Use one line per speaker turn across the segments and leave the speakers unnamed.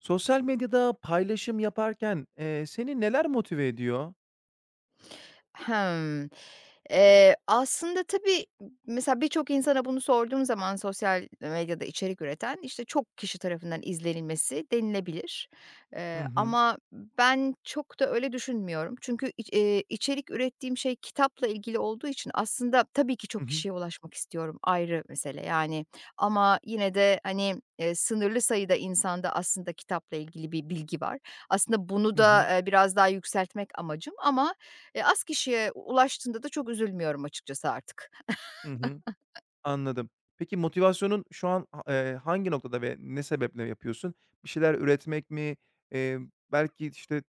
Sosyal medyada paylaşım yaparken, seni neler motive ediyor?
Hımm. Aslında tabii, mesela birçok insana bunu sorduğum zaman sosyal medyada içerik üreten, işte, çok kişi tarafından izlenilmesi denilebilir.
Hı
Eee,
hı.
ama ben çok da öyle düşünmüyorum. Çünkü iç içerik ürettiğim şey kitapla ilgili olduğu için aslında tabii ki
Hı
çok
hı.
kişiye ulaşmak istiyorum, ayrı mesele yani. Ama yine de, hani, sınırlı sayıda insanda aslında kitapla ilgili bir bilgi var. Aslında bunu
Hı
da,
hı.
biraz daha yükseltmek amacım ama az kişiye ulaştığında da çok üzülmüyorum açıkçası artık.
Hı hı. Anladım. Peki motivasyonun şu an hangi noktada ve ne sebeple yapıyorsun? Bir şeyler üretmek mi? Eee, Belki, işte,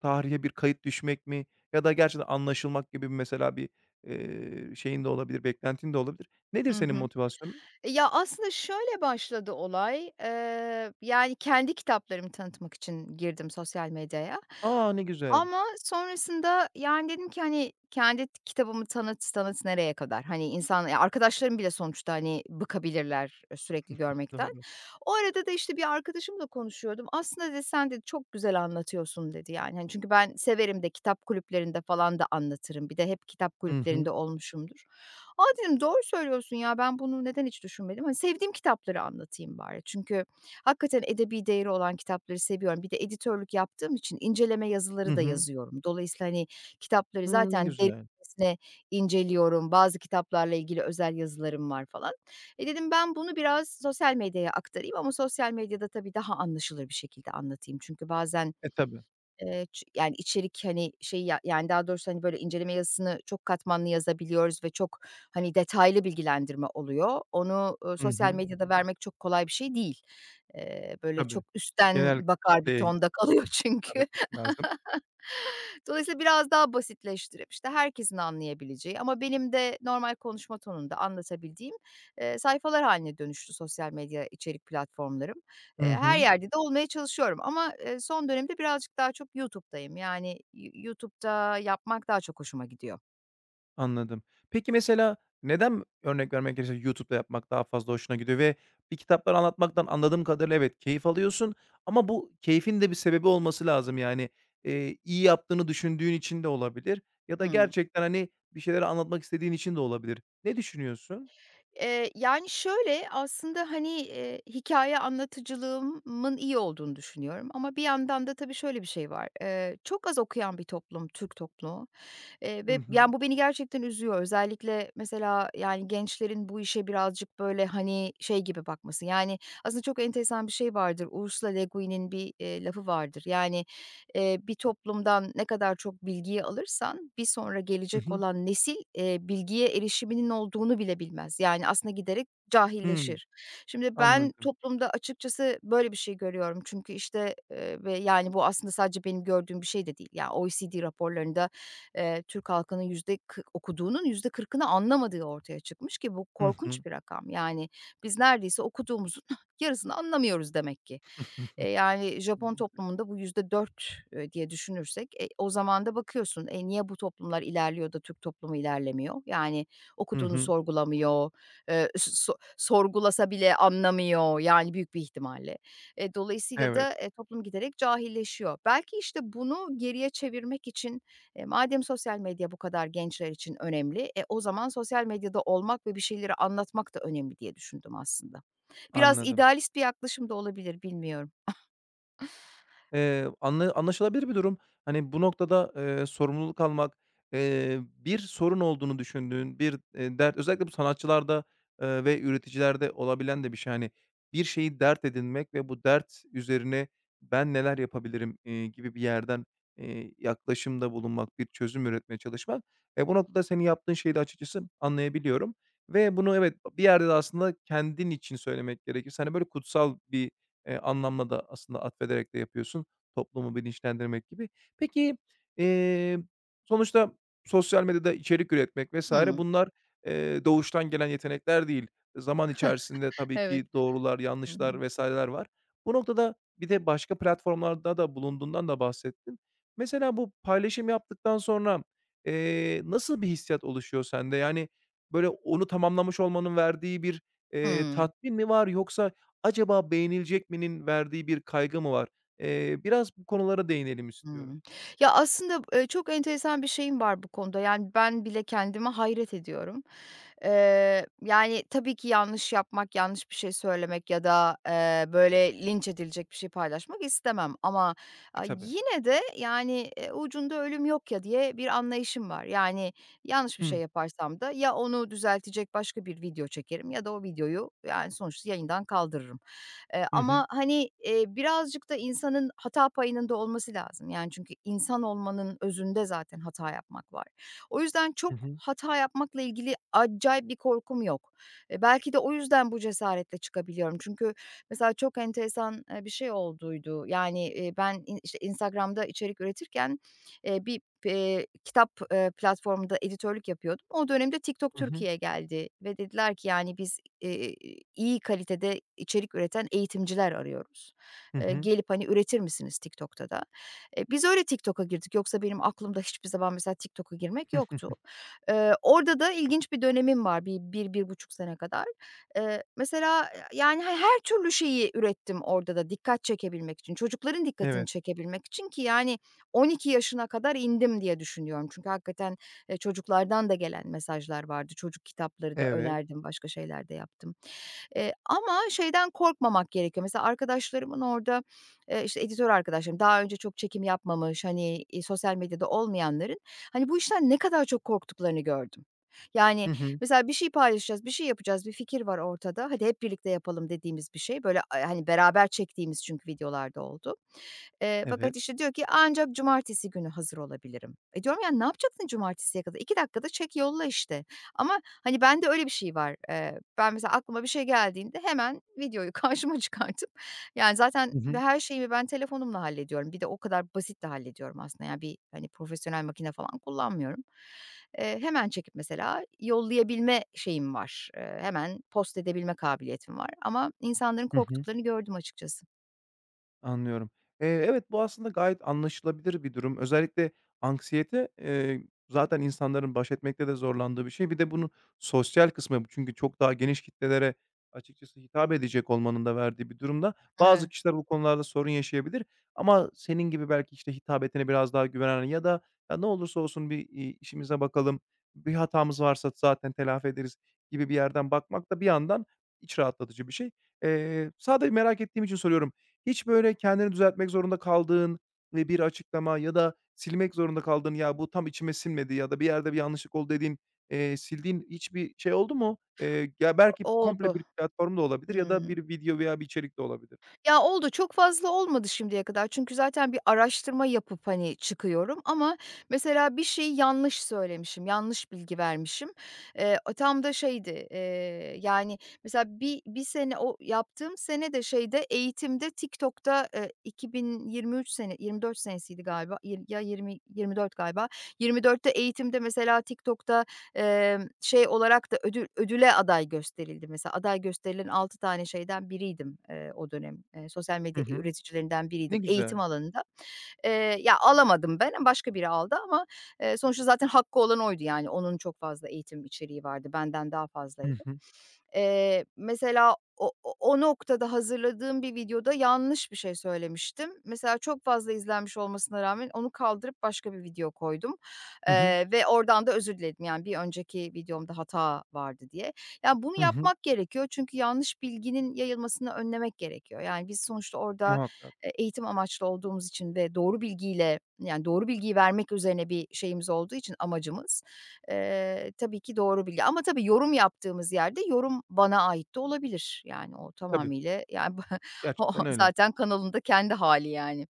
tarihe bir kayıt düşmek mi ya da gerçekten anlaşılmak gibi mesela bir, şeyin de olabilir, beklentin de olabilir. Nedir
Hı
senin
hı.
motivasyonun?
Ya, aslında şöyle başladı olay. Yani, kendi kitaplarımı tanıtmak için girdim sosyal medyaya.
A! Ne güzel.
Ama sonrasında, yani, dedim ki, hani, kendi kitabımı tanıt tanıt nereye kadar? Hani, insan ya, arkadaşlarım bile sonuçta, hani, bıkabilirler, sürekli görmekten.
Doğru.
O arada da, işte, bir arkadaşımla konuşuyordum. "Aslında" dedi, "sen" de "çok güzel anlatıyorsun." dedi, yani. Hani, çünkü ben severim de kitap kulüplerinde falan da anlatırım. Bir de hep kitap
Hı
kulüplerinde
hı.
olmuşumdur. "A!" dedim, "Doğru söylüyorsun ya, ben bunu neden hiç düşünmedim." Hani, sevdiğim kitapları anlatayım bari. Çünkü hakikaten edebi değeri olan kitapları seviyorum. Bir de editörlük yaptığım için inceleme
Hı
yazıları da
hı.
yazıyorum. Dolayısıyla, hani, kitapları
Hımm, ne
zaten
güzel.
derinlemesine inceliyorum. Bazı kitaplarla ilgili özel yazılarım var falan. Dedim ben bunu biraz sosyal medyaya aktarayım ama sosyal medyada tabii daha anlaşılır bir şekilde anlatayım. Çünkü bazen
E, tabii.
Ç yani, içerik, hani, şey ya yani, daha doğrusu, hani, böyle inceleme yazısını çok katmanlı yazabiliyoruz ve çok, hani, detaylı bilgilendirme oluyor. Onu,
Hı
sosyal
hı.
medyada vermek çok kolay bir şey değil. Böyle
Tabii.
çok
Genel
üstten bakar bir
kitleye
tonda kalıyor
hitap
çünkü.
etmek lazım.
Dolayısıyla biraz daha basitleştirip, işte, herkesin anlayabileceği ama benim de normal konuşma tonunda anlatabildiğim, sayfalar haline dönüştü sosyal medya içerik platformlarım. Eee,
Hı
her
hı,
yerde de olmaya çalışıyorum ama, son dönemde birazcık daha çok YouTube'dayım. Yani, YouTube'da yapmak daha çok hoşuma gidiyor.
anladım. Peki mesela neden örnek vermek gerekirse YouTube'da yapmak daha fazla hoşuna gidiyor ve bir kitapları anlatmaktan anladığım kadarıyla evet keyif alıyorsun ama bu keyfin de bir sebebi olması lazım. Yani, iyi yaptığını düşündüğün için de olabilir ya da
Hımm.
gerçekten, hani, bir şeyleri anlatmak istediğin için de olabilir. Ne düşünüyorsun?
Yani, şöyle, aslında, hani, hikâye anlatıcılığımın iyi olduğunu düşünüyorum ama bir yandan da tabii şöyle bir şey var. Çok az okuyan bir toplum Türk toplumu. Eee,
Hı
ve
hı.
yani, bu beni gerçekten üzüyor. Özellikle mesela, yani, gençlerin bu işe birazcık, böyle, hani, şey gibi bakması. Yani, aslında çok enteresan bir şey vardır. Ursula Le Guin'in bir lafı vardır. Yani, bir toplumdan ne kadar çok bilgiyi alırsan bir sonra
Hı
gelecek
hı.
olan nesil, bilgiye erişiminin olduğunu bile bilmez. Yani, aslında giderek
Hımm,
cahilleşir. Şimdi ben
anladım.
toplumda açıkçası böyle bir şey görüyorum. Çünkü, işte, ve, yani, bu aslında sadece benim gördüğüm bir şey de değil. Ya, OECD raporlarında Türk halkının yüzde kırk okuduğunun %40'ını anlamadığı ortaya çıkmış ki bu
Hı hı.
korkunç bir rakam. Yani biz neredeyse okuduğumuzun yarısını anlamıyoruz demek ki. Eee, yani Japon toplumunda bu %4 diye düşünürsek o zaman da bakıyorsun niye bu toplumlar ilerliyor da Türk toplumu ilerlemiyor? Yani
Hı
okuduğunu
hı.
sorgulamıyor, sorgulasa bile anlamıyor yani büyük bir ihtimalle. Dolayısıyla
Evet,
da toplum giderek cahilleşiyor. Belki işte bunu geriye çevirmek için madem sosyal medya bu kadar gençler için önemli, o zaman sosyal medyada olmak ve bir şeyleri anlatmak da önemli diye düşündüm aslında. Biraz
anladım.
idealist bir yaklaşım da olabilir, bilmiyorum.
Anlaşılabilir bir durum. Hani, bu noktada, sorumluluk almak, bir sorun olduğunu düşündüğün bir, dert özellikle bu sanatçılarda, ve üreticilerde olabilen de bir şey. Hani, bir şeyi dert edinmek ve bu dert üzerine ben neler yapabilirim, gibi bir yerden, yaklaşımda bulunmak, bir çözüm üretmeye çalışmak. E, bu noktada senin yaptığın şeyi de açıkçası anlayabiliyorum ve bunu evet, bir yerde de aslında kendin için söylemek gerekirse, hani, böyle kutsal bir, anlamla da aslında atfederek de yapıyorsun. Toplumu bilinçlendirmek gibi. Peki, eee, sonuçta sosyal medyada içerik üretmek vesaire
Hımm.
bunlar, doğuştan gelen yetenekler değil. Zaman içerisinde tabii
Evet.
ki doğrular,
Hı hı.
yanlışlar vs.ler var. Bu noktada bir de başka platformlarda da bulunduğundan da bahsettin. Mesela bu paylaşım yaptıktan sonra, nasıl bir hissiyat oluşuyor sende? Yani, böyle, onu tamamlamış olmanın verdiği bir,
Hımm.
tatmin mi var yoksa acaba beğenilecek mi'nin verdiği bir kaygı mı var? Biraz bu konulara değinelim istiyorum.
Hımm. Ya, aslında, çok enteresan bir şeyim var bu konuda. Yani, ben bile kendime hayret ediyorum. Yani, tabii ki yanlış yapmak, yanlış bir şey söylemek ya da, böyle, linç edilecek bir şey paylaşmak istemem ama,
E, tabii.
yine de, yani, ucunda ölüm yok ya diye bir anlayışım var. Yani, yanlış bir şey
Hıı.
yaparsam da ya onu düzeltecek başka bir video çekerim ya da o videoyu, yani, sonuçta yayından kaldırırım. Eee,
Hı hı.
ama, hani, birazcık da insanın hata payının da olması lazım. Yani, çünkü insan olmanın özünde zaten hata yapmak var. O yüzden çok
Hı hı.
hata yapmakla ilgili acayip bir korkum yok. Belki de o yüzden bu cesaretle çıkabiliyorum. Çünkü mesela çok enteresan, bir şey olduydu. Yani, ben işte Instagram'da içerik üretirken, bir kitap platformunda editörlük yapıyordum. O dönemde TikTok
Hı hı.
Türkiye geldi ve dediler ki, yani, "Biz iyi kalitede içerik üreten eğitimciler arıyoruz.
Hı
Eee,
hı.
gelip, hani, "Üretir misiniz TikTok'ta da?" Biz öyle TikTok'a girdik. Yoksa benim aklımda hiçbir zaman mesela TikTok'a girmek yoktu. Orada da ilginç bir dönemim var, 1,5 sene kadar. Mesela, yani, her türlü şeyi ürettim orada da dikkat çekebilmek için, çocukların dikkatini
Evet.
çekebilmek için ki, yani, 12 yaşına kadar indim diye düşünüyorum. Çünkü hakikaten çocuklardan da gelen mesajlar vardı. Çocuk kitapları da
Evet.
önerdim, başka şeyler de yaptım. Ama şeyden korkmamak gerekiyor. Mesela arkadaşlarımın orada, işte, editör arkadaşlarım daha önce çok çekim yapmamış, hani, sosyal medyada olmayanların, hani, bu işten ne kadar çok korktuklarını gördüm. Yani,
Hı hı.
mesela bir şey paylaşacağız, bir şey yapacağız, bir fikir var ortada. Hadi hep birlikte yapalım dediğimiz bir şey. Böyle, hani, beraber çektiğimiz çünkü videolarda oldu. Fakat,
Evet.
işte, diyor ki ancak cumartesi günü hazır olabilirim. Diyorum ya ne yapacaksın cumartesiye kadar? 2 dakikada çek yolla işte. Ama, hani, bende öyle bir şey var. Ben mesela aklıma bir şey geldiğinde hemen videoyu karşıma çıkartıp yani zaten
Hı hı.
her şeyimi ben telefonumla hallediyorum. Bir de o kadar basit de hallediyorum aslında. Yani bir, hani, profesyonel makine falan kullanmıyorum. Hemen çekip mesela yollayabilme şeyim var. Hemen post edebilme kabiliyetim var ama insanların
Hı hı.
korktuklarını gördüm açıkçası.
Anlıyorum. Evet, bu aslında gayet anlaşılabilir bir durum. Özellikle anksiyete, zaten insanların baş etmekte de zorlandığı bir şey. Bir de bunun sosyal kısmı çünkü çok daha geniş kitlelere açıkçası hitap edecek olmanın da verdiği bir durumda bazı
Evet.
kişiler bu konularda sorun yaşayabilir ama senin gibi belki, işte, hitabetine biraz daha güvenen ya da "Ya, ne olursa olsun bir, işimize bakalım, bir hatamız varsa zaten telafi ederiz." gibi bir yerden bakmak da bir yandan iç rahatlatıcı bir şey. Sadece merak ettiğim için soruyorum. Hiç böyle kendini düzeltmek zorunda kaldığın ve bir açıklama ya da silmek zorunda kaldığın, "Ya, bu tam içime sinmedi." ya da "Bir yerde bir yanlışlık oldu." dediğin, sildiğin hiçbir şey oldu mu? Ya, belki komple
Oldu.
bir platform da olabilir ya da
Hıı.
bir video veya bir içerik de olabilir.
Ya, oldu. Çok fazla olmadı şimdiye kadar. Çünkü zaten bir araştırma yapıp, hani, çıkıyorum ama mesela bir şeyi yanlış söylemişim, yanlış bilgi vermişim. O tam da şeydi, yani, mesela bir sene o yaptığım sene de şeyde, eğitimde TikTok'ta, 2023 sene 24 senesiydi galiba, 2024 galiba. 24'te eğitimde mesela TikTok'ta şey olarak da ödüle aday gösterildim mesela. Aday gösterilen 6 tane şeyden biriydim, o dönem. Sosyal
Hı
medya
hı.
üreticilerinden
Ne
biriydim eğitim
güzel.
alanında. Ya, alamadım ben, başka biri aldı ama, sonuçta zaten hakkı olan oydu yani. Onun çok fazla eğitim içeriği vardı, benden daha
Hı
fazlaydı.
hı.
Mesela o noktada hazırladığım bir videoda yanlış bir şey söylemiştim. Mesela çok fazla izlenmiş olmasına rağmen onu kaldırıp başka bir video koydum,
Hı hı.
ve oradan da özür diledim. Yani bir önceki videomda hata vardı diye. Yani bunu
Hı hı.
yapmak gerekiyor çünkü yanlış bilginin yayılmasını önlemek gerekiyor. Yani biz sonuçta orada,
Muhakkak.
eğitim amaçlı olduğumuz için ve doğru bilgiyle, yani doğru bilgiyi vermek üzerine bir şeyimiz olduğu için amacımız, tabii ki doğru bilgi ama tabii yorum yaptığımız yerde yorum bana ait de olabilir. Yani o
Tabii,
tamamıyla yani, o
gerçekten öyle.
zaten kanalında kendi hali yani.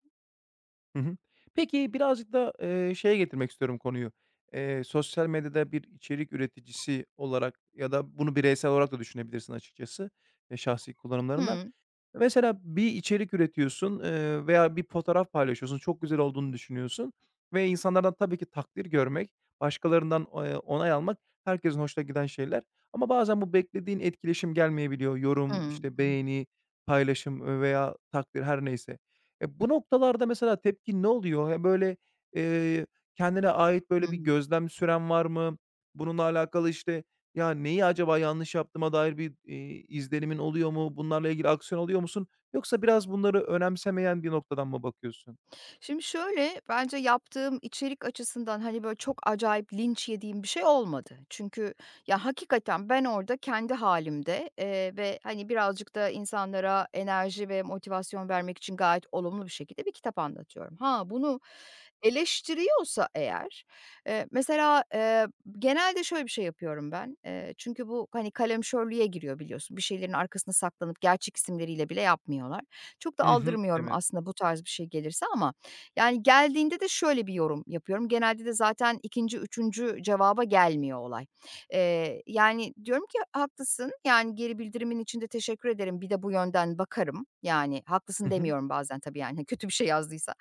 Hı hı. Peki, birazcık da, şeye getirmek istiyorum konuyu. Sosyal medyada bir içerik üreticisi olarak ya da bunu bireysel olarak da düşünebilirsin açıkçası, şahsi kullanımlarında. Mesela bir içerik üretiyorsun, veya bir fotoğraf paylaşıyorsun, çok güzel olduğunu düşünüyorsun ve insanlardan tabii ki takdir görmek, başkalarından, onay almak herkesin hoşuna giden şeyler ama bazen bu beklediğin etkileşim gelmeyebiliyor.
Hı
Yorum, işte,
hı.
beğeni, paylaşım, veya takdir her neyse. E, bu noktalarda mesela tepkin ne oluyor? Ya, böyle, eee, kendine ait
Hı
böyle bir
hı.
gözlem süren var mı? Bununla alakalı, işte, ya, neyi acaba yanlış yaptığıma dair bir, izlenimin oluyor mu? Bunlarla ilgili aksiyon alıyor musun? Yoksa biraz bunları önemsemeyen bir noktadan mı bakıyorsun?
Şimdi şöyle, bence yaptığım içerik açısından, hani, böyle, çok acayip linç yediğim bir şey olmadı. Çünkü ya, hakikaten ben orada kendi halimde ve, hani, birazcık da insanlara enerji ve motivasyon vermek için gayet olumlu bir şekilde bir kitap anlatıyorum. Ha, bunu eleştiriyorsa eğer, mesela, genelde şöyle bir şey yapıyorum ben, çünkü bu, hani, kalemşörlüğe giriyor biliyorsun. Bir şeylerin arkasına saklanıp gerçek isimleriyle bile yapmıyorlar. Çok da
Hı hı,
aldırmıyorum
evet.
aslında bu tarz bir şey gelirse ama yani geldiğinde de şöyle bir yorum yapıyorum. Genelde de zaten ikinci, üçüncü cevaba gelmiyor olay. Yani diyorum ki haklısın, yani geri bildirimin için de teşekkür ederim. Bir de bu yönden bakarım. Yani haklısın
Hı hı.
demiyorum bazen tabii yani kötü bir şey yazdıysa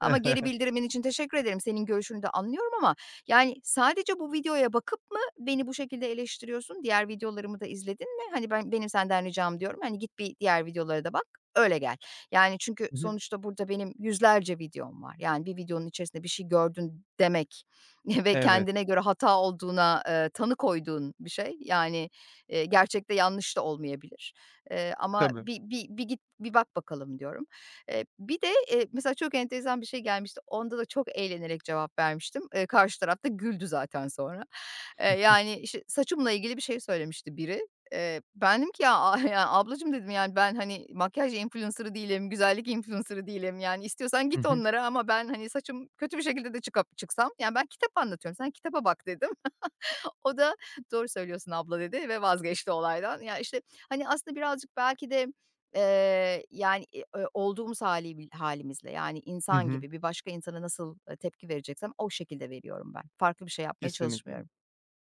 ama geri bildirimin için teşekkür ederim. Senin görüşünü de anlıyorum ama yani sadece bu videoya bakıp mı beni bu şekilde eleştiriyorsun? Diğer videolarımı da izledin mi? Hani benim senden ricam diyorum, hani git bir diğer videolara da bak, öyle gel. Yani, çünkü
Hı hı.
sonuçta burada benim yüzlerce videom var. Yani, bir videonun içerisinde bir şey gördün demek ve
Evet,
kendine göre hata olduğuna, tanı koyduğun bir şey. Yani, gerçekte yanlış da olmayabilir. Ama
tabii.
bir git, bir bak bakalım diyorum. Bir de, mesela çok enteresan bir şey gelmişti. Onda da çok eğlenerek cevap vermiştim. Karşı tarafta güldü zaten sonra. Yani, işte, saçımla ilgili bir şey söylemişti biri. Ben dedim ki "Ya, ya, ablacığım" dedim, "Yani, ben, hani, makyaj influencer'ı değilim, güzellik influencer'ı değilim. Yani, istiyorsan
Hı
git
hı.
onlara ama ben, hani, saçım kötü bir şekilde de çıksam, yani, ben kitap anlatıyorum, sen kitaba bak." dedim. O da "Doğru söylüyorsun abla." dedi ve vazgeçti olaydan. Ya, işte, hani, aslında birazcık belki de, yani, olduğumuz hâli yani,
Hı
insan
hı.
gibi bir başka insana nasıl, tepki vereceksem o şekilde veriyorum ben. Farklı bir şey yapmaya
Kesinlikle.
çalışmıyorum.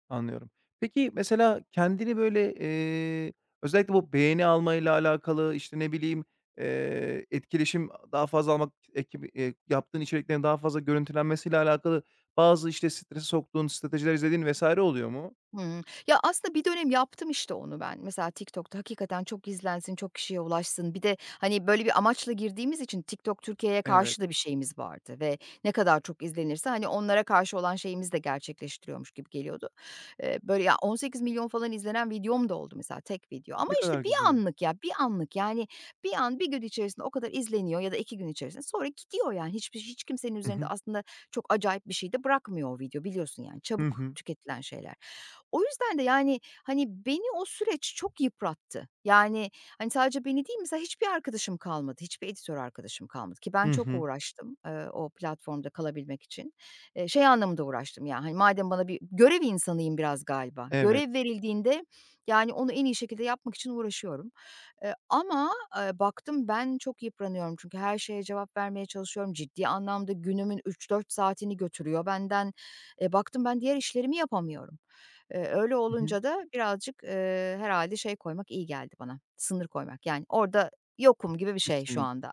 Anlıyorum. Peki, mesela kendini böyle, özellikle bu beğeni almayla alakalı, işte, ne bileyim, etkileşim daha fazla almak, ekibi yaptığın içeriklerin daha fazla görüntülenmesiyle alakalı bazı, işte, strese soktuğun stratejiler izlediğin vesaire oluyor mu?
Hımm. Ya, aslında bir dönem yaptım işte onu ben. Mesela TikTok'ta hakikaten çok izlensin, çok kişiye ulaşsın. Bir de, hani, böyle bir amaçla girdiğimiz için TikTok Türkiye'ye
Evet.
karşı da bir şeyimiz vardı ve ne kadar çok izlenirse, hani, onlara karşı olan şeyimizi de gerçekleştiriyormuş gibi geliyordu. Böyle ya 18 milyon falan izlenen videom da oldu mesela tek video ama
Ne
işte
kadar
bir
güzel.
anlık ya, bir anlık. Yani bir an, bir gün içerisinde o kadar izleniyor ya da 2 gün içerisinde sonra gidiyor yani. Hiç kimsenin
Hı
üzerinde
hı.
aslında çok acayip bir şey de bırakmıyor o video biliyorsun yani.
Hı
Çabuk
hı.
tüketilen şeyler. O yüzden de, yani, hani, beni o süreç çok yıprattı. Yani, hani, sadece beni değil, mesela hiçbir arkadaşım kalmadı, hiçbir editör arkadaşım kalmadı ki ben
Hı
çok
hı.
uğraştım, o platformda kalabilmek için. Şey anlamında uğraştım, yani, hani, madem bana bir görev insanıyım biraz galiba.
Evet.
Görev verildiğinde, yani, onu en iyi şekilde yapmak için uğraşıyorum. Ama, baktım ben çok yıpranıyorum çünkü her şeye cevap vermeye çalışıyorum. Ciddi anlamda günümün üç dört saatini götürüyor benden. Baktım ben diğer işlerimi yapamıyorum. Öyle
Hı hı.
olunca da birazcık, herhâlde şey koymak iyi geldi bana, sınır koymak. Yani, orada yokum gibi bir şey şu
Kesinlikle.
anda.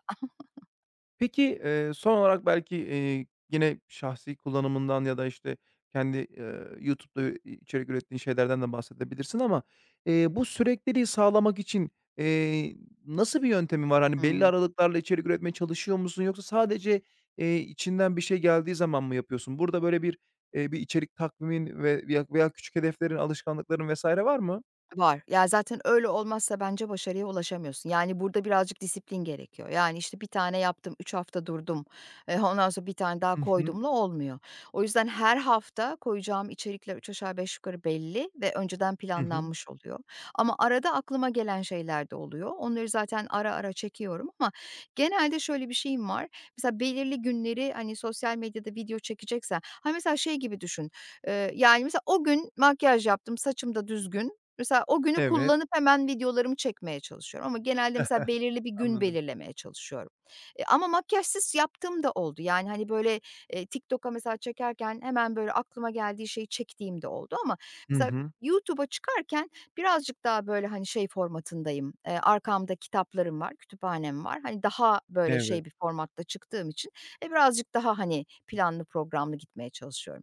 Peki, son olarak belki, yine şahsi kullanımından ya da, işte, kendi, YouTube'da, içerik ürettiğin şeylerden de bahsedebilirsin ama, bu sürekliliği sağlamak için, eee, nasıl bir yöntemin var? Hani, belli aralıklarla içerik üretmeye çalışıyor musun yoksa sadece, içinden bir şey geldiği zaman mı yapıyorsun? Burada böyle bir, bir içerik takvimin ve veya veya küçük hedeflerin, alışkanlıkların vs. var mı?
Var. Ya, zaten öyle olmazsa bence başarıya ulaşamıyorsun. Yani, burada birazcık disiplin gerekiyor. Yani, işte, bir tane yaptım, 3 hafta durdum, ondan sonra 1 tane daha
Hı hı.
koydumla olmuyor. O yüzden her hafta koyacağım içerikler 3 aşağı 5 yukarı belli ve önceden
Hı hı.
planlanmış oluyor. Ama arada aklıma gelen şeyler de oluyor. Onları zaten ara ara çekiyorum ama genelde şöyle bir şeyim var. Mesela belirli günleri, hani, sosyal medyada video çekeceksen, hani, mesela şey gibi düşün, yani, mesela o gün makyaj yaptım, saçım da düzgün. Mesela o günü
Evet.
kullanıp hemen videolarımı çekmeye çalışıyorum ama genelde mesela belirli bir gün
Anladım.
belirlemeye çalışıyorum. Ama makyajsız yaptığım da oldu. Yani, hani, böyle, TikTok'a mesela çekerken hemen böyle aklıma geldiği şeyi çektiğim de oldu ama
Hı
mesela
hı.
YouTube'a çıkarken birazcık daha böyle, hani, şey formatındayım, arkamda kitaplarım var, kütüphanem var. Hani, daha böyle şey
Evet,
bir formatta çıktığım için, birazcık daha, hani, planlı programlı gitmeye çalışıyorum.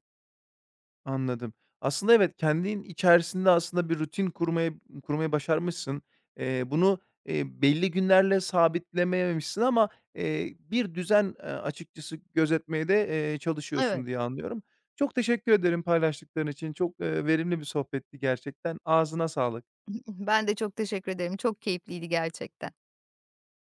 anladım. Aslında evet, kendin içerisinde aslında bir rutin kurmaya kurmayı başarmışsın. Bunu, belli günlerle sabitlememişsin ama, bir düzen, açıkçası gözetmeye de, çalışıyorsun
Evet.
diye anlıyorum. Çok teşekkür ederim paylaştıkların için. Çok, verimli bir sohbetti gerçekten. Ağzına sağlık.
Ben de çok teşekkür ederim. Çok keyifliydi gerçekten.